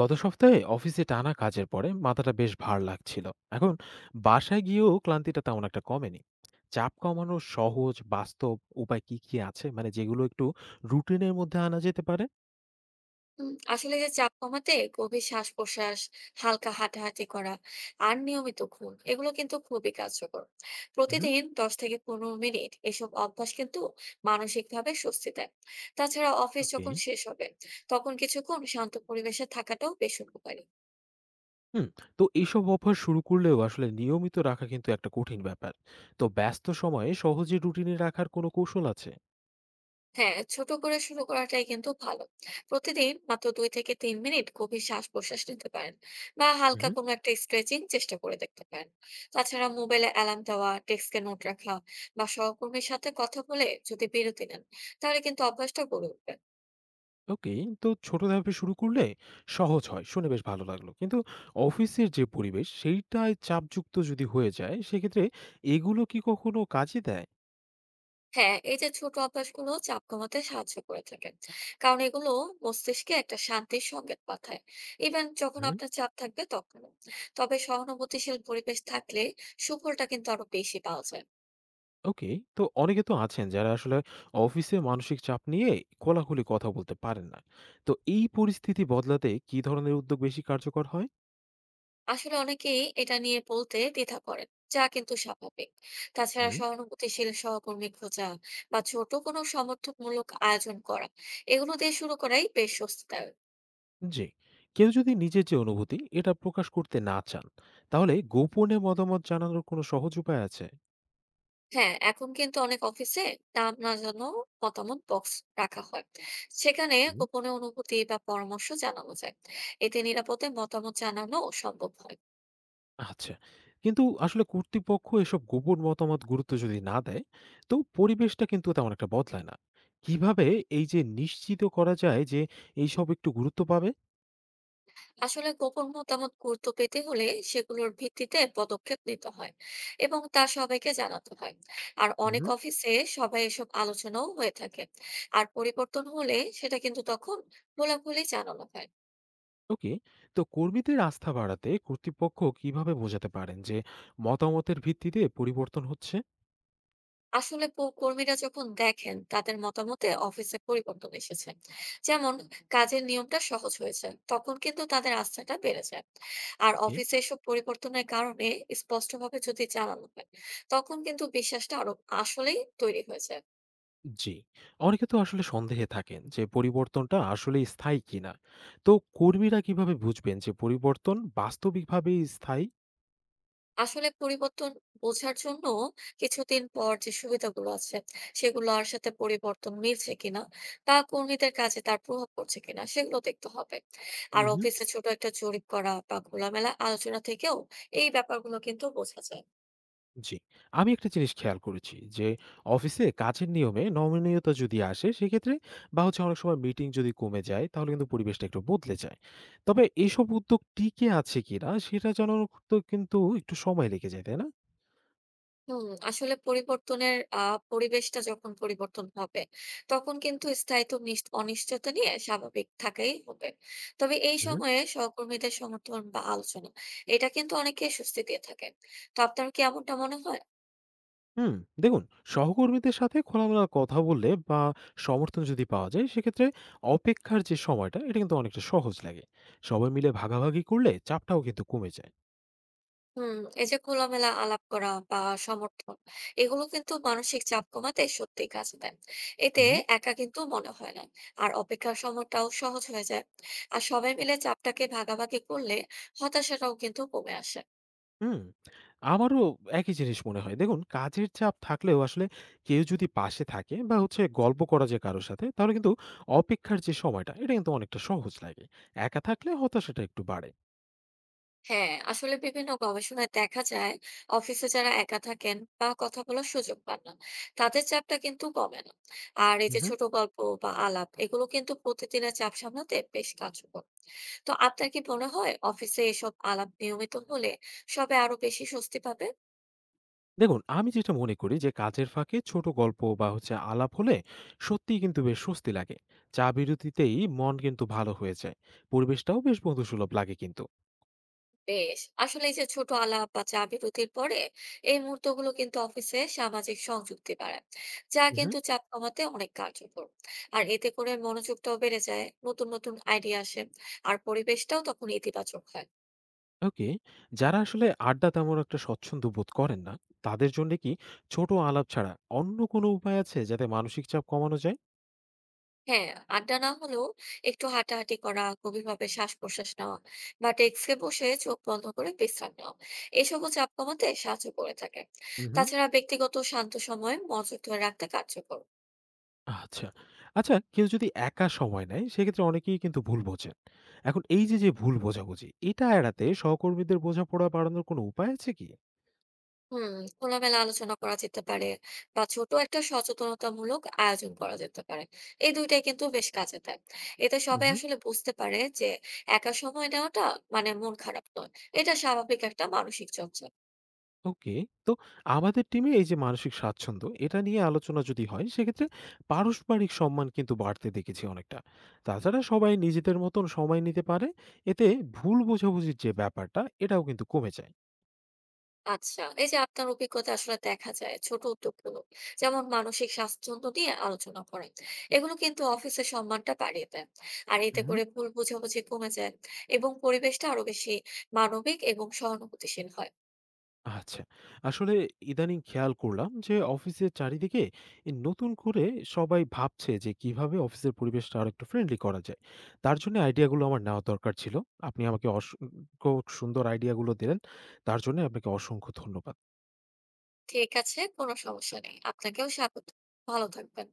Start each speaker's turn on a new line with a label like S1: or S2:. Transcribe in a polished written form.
S1: গত সপ্তাহে অফিসে টানা কাজের পরে মাথাটা বেশ ভার লাগছিল। এখন বাসায় গিয়েও ক্লান্তিটা তেমন একটা কমেনি। চাপ কমানোর সহজ বাস্তব উপায় কি কি আছে, মানে যেগুলো একটু রুটিনের মধ্যে আনা যেতে পারে?
S2: আসলে যে চাপ কমাতে গভীর শ্বাস প্রশ্বাস, হালকা হাঁটাহাঁটি করা আর নিয়মিত ঘুম এগুলো কিন্তু খুবই কার্যকর।
S1: হুম।
S2: প্রতিদিন ১০ থেকে ১৫ মিনিট এসব অভ্যাস কিন্তু মানসিক ভাবে স্বস্তি দেয়। তাছাড়া অফিস
S1: ওকে।
S2: যখন শেষ হবে, তখন কিছুক্ষণ শান্ত পরিবেশে থাকাটাও বেশ উপকারী।
S1: হুম। তো এইসব অভ্যাস শুরু করলেও আসলে নিয়মিত রাখা কিন্তু একটা কঠিন ব্যাপার। তো ব্যস্ত সময়ে সহজে রুটিনে রাখার কোনো কৌশল আছে?
S2: হ্যাঁ, ছোট করে শুরু করাটাই কিন্তু ভালো। প্রতিদিন মাত্র ২ থেকে ৩ মিনিট গভীর শ্বাস প্রশ্বাস নিতে পারেন, বা হালকা কোনো একটা স্ট্রেচিং চেষ্টা করে দেখতে পারেন। তাছাড়া মোবাইলে অ্যালার্ম দেওয়া, ডেস্কে নোট রাখা বা সহকর্মীর সাথে কথা বলে যদি বিরতি নেন, তাহলে কিন্তু অভ্যাসটা গড়ে উঠবে।
S1: ওকে। তো ছোট ধাপে শুরু করলে সহজ হয় শুনে বেশ ভালো লাগলো। কিন্তু অফিসের যে পরিবেশ সেইটায় চাপযুক্ত যদি হয়ে যায়, সেক্ষেত্রে এগুলো কি কখনো কাজে দেয়?
S2: হ্যাঁ, এই যে ছোট অভ্যাসগুলো চাপ কমাতে সাহায্য করে থাকেন, কারণ এগুলো মস্তিষ্কে একটা শান্তির সংকেত পাঠায় ইভেন যখন
S1: হুম।
S2: আপনার চাপ থাকবে তখনও। তবে সহানুভূতিশীল পরিবেশ থাকলে সুফলটা কিন্তু আরো বেশি পাওয়া যায়।
S1: ওকে। তো অনেকে তো আছেন যারা আসলে অফিসে মানসিক চাপ নিয়ে খোলাখুলি কথা বলতে পারেন না। তো এই পরিস্থিতি বদলাতে কি ধরনের উদ্যোগ বেশি কার্যকর হয়?
S2: আসলে অনেকেই এটা নিয়ে বলতে দ্বিধা করেন, যা কিন্তু স্বাভাবিক। তাছাড়া
S1: হুম।
S2: সহানুভূতিশীল সহকর্মী খোঁজা বা ছোট কোনো সমর্থকমূলক আয়োজন করা, এগুলো দিয়ে শুরু করাই বেশ স্বস্তিদায়ক।
S1: জি। কেউ যদি নিজের যে অনুভূতি এটা প্রকাশ করতে না চান, তাহলে গোপনে মতামত জানানোর কোনো সহজ উপায় আছে?
S2: হ্যাঁ, এখন কিন্তু অনেক অফিসে নাম না জানো মতামত বক্স রাখা হয়। সেখানে
S1: হুম।
S2: গোপনে অনুভূতি বা পরামর্শ জানানো যায়। এতে নিরাপদে মতামত জানানো সম্ভব হয়।
S1: আচ্ছা। কিন্তু আসলে কর্তৃপক্ষ এসব গোপন মতামত গুরুত্ব যদি না দেয়, তো পরিবেশটা কিন্তু তেমন একটা বদলায় না। কিভাবে এই যে নিশ্চিত করা যায় যে এইসব একটু গুরুত্ব পাবে?
S2: আসলে গোপন মতামত গুরুত্ব পেতে হলে সেগুলোর ভিত্তিতে পদক্ষেপ নিতে হয় এবং তা সবাইকে জানাতে হয়। আর
S1: হুম।
S2: অনেক অফিসে সবাই এসব আলোচনাও হয়ে থাকে। আর পরিবর্তন হলে সেটা কিন্তু তখন খোলাখুলি জানানো হয়।
S1: ওকে। তো কর্মীদের আস্থা বাড়াতে কর্তৃপক্ষ কিভাবে বোঝাতে পারেন যে মতামতের ভিত্তিতে পরিবর্তন হচ্ছে?
S2: আসলে কর্মীরা যখন দেখেন তাদের মতামতে অফিসে পরিবর্তন এসেছে, যেমন কাজের নিয়মটা সহজ হয়েছে, তখন কিন্তু তাদের আস্থাটা বেড়ে যায়। আর
S1: ওকে।
S2: অফিসে এসব পরিবর্তনের কারণে স্পষ্টভাবে যদি জানানো হয়, তখন কিন্তু বিশ্বাসটা আরো আসলেই তৈরি হয়েছে।
S1: জি। অনেকে তো আসলে সন্দেহে থাকেন যে পরিবর্তনটা আসলেই স্থায়ী কিনা। তো কর্মীরা কিভাবে বুঝবেন যে পরিবর্তন বাস্তবিকভাবেই স্থায়ী?
S2: আসলে পরিবর্তন বোঝার জন্য কিছুদিন পর যে সুবিধাগুলো আছে, সেগুলো আর সাথে পরিবর্তন মিলছে কিনা বা কর্মীদের কাজে তার প্রভাব পড়ছে কিনা, সেগুলো দেখতে হবে। আর
S1: হুম।
S2: অফিসে ছোট একটা জরিপ করা বা খোলামেলা আলোচনা থেকেও এই ব্যাপারগুলো কিন্তু বোঝা যায়।
S1: জি। আমি একটা জিনিস খেয়াল করেছি যে অফিসে কাজের নিয়মে নমনীয়তা যদি আসে সেক্ষেত্রে, বা হচ্ছে অনেক সময় মিটিং যদি কমে যায়, তাহলে কিন্তু পরিবেশটা একটু বদলে যায়। তবে এইসব উদ্যোগ টিকে আছে কিনা সেটা জানার তো কিন্তু একটু সময় লেগে যায়, তাই না?
S2: হুম, আসলে পরিবর্তনের আ পরিবেশটা যখন পরিবর্তন হবে, তখন কিন্তু স্থায়িত্ব নিশ অনিশ্চয়তা নিয়ে স্বাভাবিক থাকাই হবে। তবে এই
S1: হুম।
S2: সময়ে সহকর্মীদের সমর্থন বা আলোচনা, এটা কিন্তু অনেককে স্বস্তি দিয়ে থাকে। তো আপনার কি এমনটা মনে হয়?
S1: হুম, দেখুন, সহকর্মীদের সাথে খোলামেলা কথা বললে বা সমর্থন যদি পাওয়া যায় সেক্ষেত্রে অপেক্ষার যে সময়টা এটা কিন্তু অনেকটা সহজ লাগে। সবাই মিলে ভাগাভাগি করলে চাপটাও কিন্তু কমে যায়।
S2: হুম, এই যে খোলামেলা আলাপ করা বা সমর্থন, এগুলো কিন্তু মানসিক চাপ কমাতে সত্যিই কাজে দেয়। এতে
S1: হুম।
S2: একা কিন্তু মনে হয় না। আর অপেক্ষার সময়টাও সহজ হয়ে যায়। আর সবাই মিলে চাপটাকে ভাগাভাগি করলে হতাশাটাও কিন্তু কমে আসে।
S1: হুম, আমারও একই জিনিস মনে হয়। দেখুন, কাজের চাপ থাকলেও আসলে কেউ যদি পাশে থাকে বা হচ্ছে গল্প করা যায় কারো সাথে, তাহলে কিন্তু অপেক্ষার যে সময়টা, এটা কিন্তু অনেকটা সহজ লাগে। একা থাকলে হতাশাটা একটু বাড়ে।
S2: হ্যাঁ, আসলে বিভিন্ন গবেষণায় দেখা যায় অফিসে যারা একা থাকেন বা কথা বলার সুযোগ পান না, তাদের চাপটা কিন্তু কমে না। আর এই
S1: হু,
S2: যে
S1: হু।
S2: ছোট গল্প বা আলাপ, এগুলো কিন্তু প্রতিদিনের চাপ সামলাতে বেশ কার্যকর। তো আপনার কি মনে হয় অফিসে এসব আলাপ নিয়মিত হলে সবে আরো বেশি স্বস্তি পাবে?
S1: দেখুন, আমি যেটা মনে করি যে কাজের ফাঁকে ছোট গল্প বা হচ্ছে আলাপ হলে সত্যিই কিন্তু বেশ স্বস্তি লাগে। চা বিরতিতেই মন কিন্তু ভালো হয়ে যায়। পরিবেশটাও বেশ বন্ধুসুলভ লাগে কিন্তু।
S2: বেশ, আসলে এই যে ছোট আলাপ বা চা বিরতির পরে এই মুহূর্তগুলো কিন্তু অফিসে সামাজিক সংযুক্তি বাড়ায়, যা
S1: হু, হু।
S2: কিন্তু চাপ কমাতে অনেক কার্যকর। আর এতে করে মনোযোগটাও বেড়ে যায়, নতুন নতুন আইডিয়া আসে, আর পরিবেশটাও তখন ইতিবাচক হয়।
S1: ওকে। যারা আসলে আড্ডা তেমন একটা স্বচ্ছন্দ বোধ করেন না, তাদের জন্যে কি ছোট আলাপ ছাড়া অন্য কোনো উপায় আছে যাতে মানসিক চাপ কমানো যায়?
S2: হ্যাঁ, আড্ডা না হলেও একটু হাঁটাহাঁটি করা, গভীরভাবে শ্বাস প্রশ্বাস নেওয়া বা ডেস্কে বসে চোখ বন্ধ করে বিশ্রাম নেওয়া, এসবও চাপ কমাতে সাহায্য করে থাকে।
S1: হুম, হুম।
S2: তাছাড়া ব্যক্তিগত শান্ত সময় মনোযোগ ধরে রাখতে কার্যকর।
S1: আচ্ছা। আচ্ছা, কেউ যদি একা সময় নেয় সেক্ষেত্রে অনেকেই কিন্তু ভুল বোঝেন। এখন এই যে, যে ভুল বোঝাবুঝি, এটা এড়াতে সহকর্মীদের বোঝাপড়া বাড়ানোর কোনো উপায় আছে কি?
S2: হুম, খোলামেলা আলোচনা করা যেতে পারে বা ছোট একটা সচেতনতামূলক আয়োজন করা যেতে পারে। এই ২ টাই কিন্তু বেশ কাজে দেয়। এতে সবাই আসলে বুঝতে পারে যে একা সময় নেওয়াটা মানে মন খারাপ নয়। এটা স্বাভাবিক একটা মানসিক চর্চা।
S1: ওকে। তো আমাদের টিমে এই যে মানসিক স্বাচ্ছন্দ্য, এটা নিয়ে আলোচনা যদি হয়, সেক্ষেত্রে পারস্পরিক সম্মান কিন্তু বাড়তে দেখেছি অনেকটা। তাছাড়া সবাই নিজেদের মতন সময় নিতে পারে, এতে ভুল বোঝাবুঝির যে ব্যাপারটা, এটাও কিন্তু কমে যায়।
S2: আচ্ছা, এই যে আপনার অভিজ্ঞতা, আসলে দেখা যায় ছোট উদ্যোগগুলো, যেমন মানসিক স্বাস্থ্য নিয়ে আলোচনা করে, এগুলো কিন্তু অফিসের সম্মানটা বাড়িয়ে দেয়। আর এতে
S1: হুম।
S2: করে ভুল বোঝাবুঝি কমে যায় এবং পরিবেশটা আরো বেশি মানবিক এবং সহানুভূতিশীল হয়।
S1: আচ্ছা, আসলে ইদানিং খেয়াল করলাম যে অফিসের চারিদিকে এ নতুন করে সবাই ভাবছে যে কিভাবে অফিসের পরিবেশটা আরেকটু ফ্রেন্ডলি করা যায়। তার জন্য আইডিয়াগুলো আমার নেওয়া দরকার ছিল। আপনি আমাকে অসংখ্য সুন্দর আইডিয়াগুলো দিলেন। তার জন্য আপনাকে অসংখ্য ধন্যবাদ।
S2: ঠিক আছে, কোনো সমস্যা নেই, আপনাকেও স্বাগত। ভালো থাকবেন।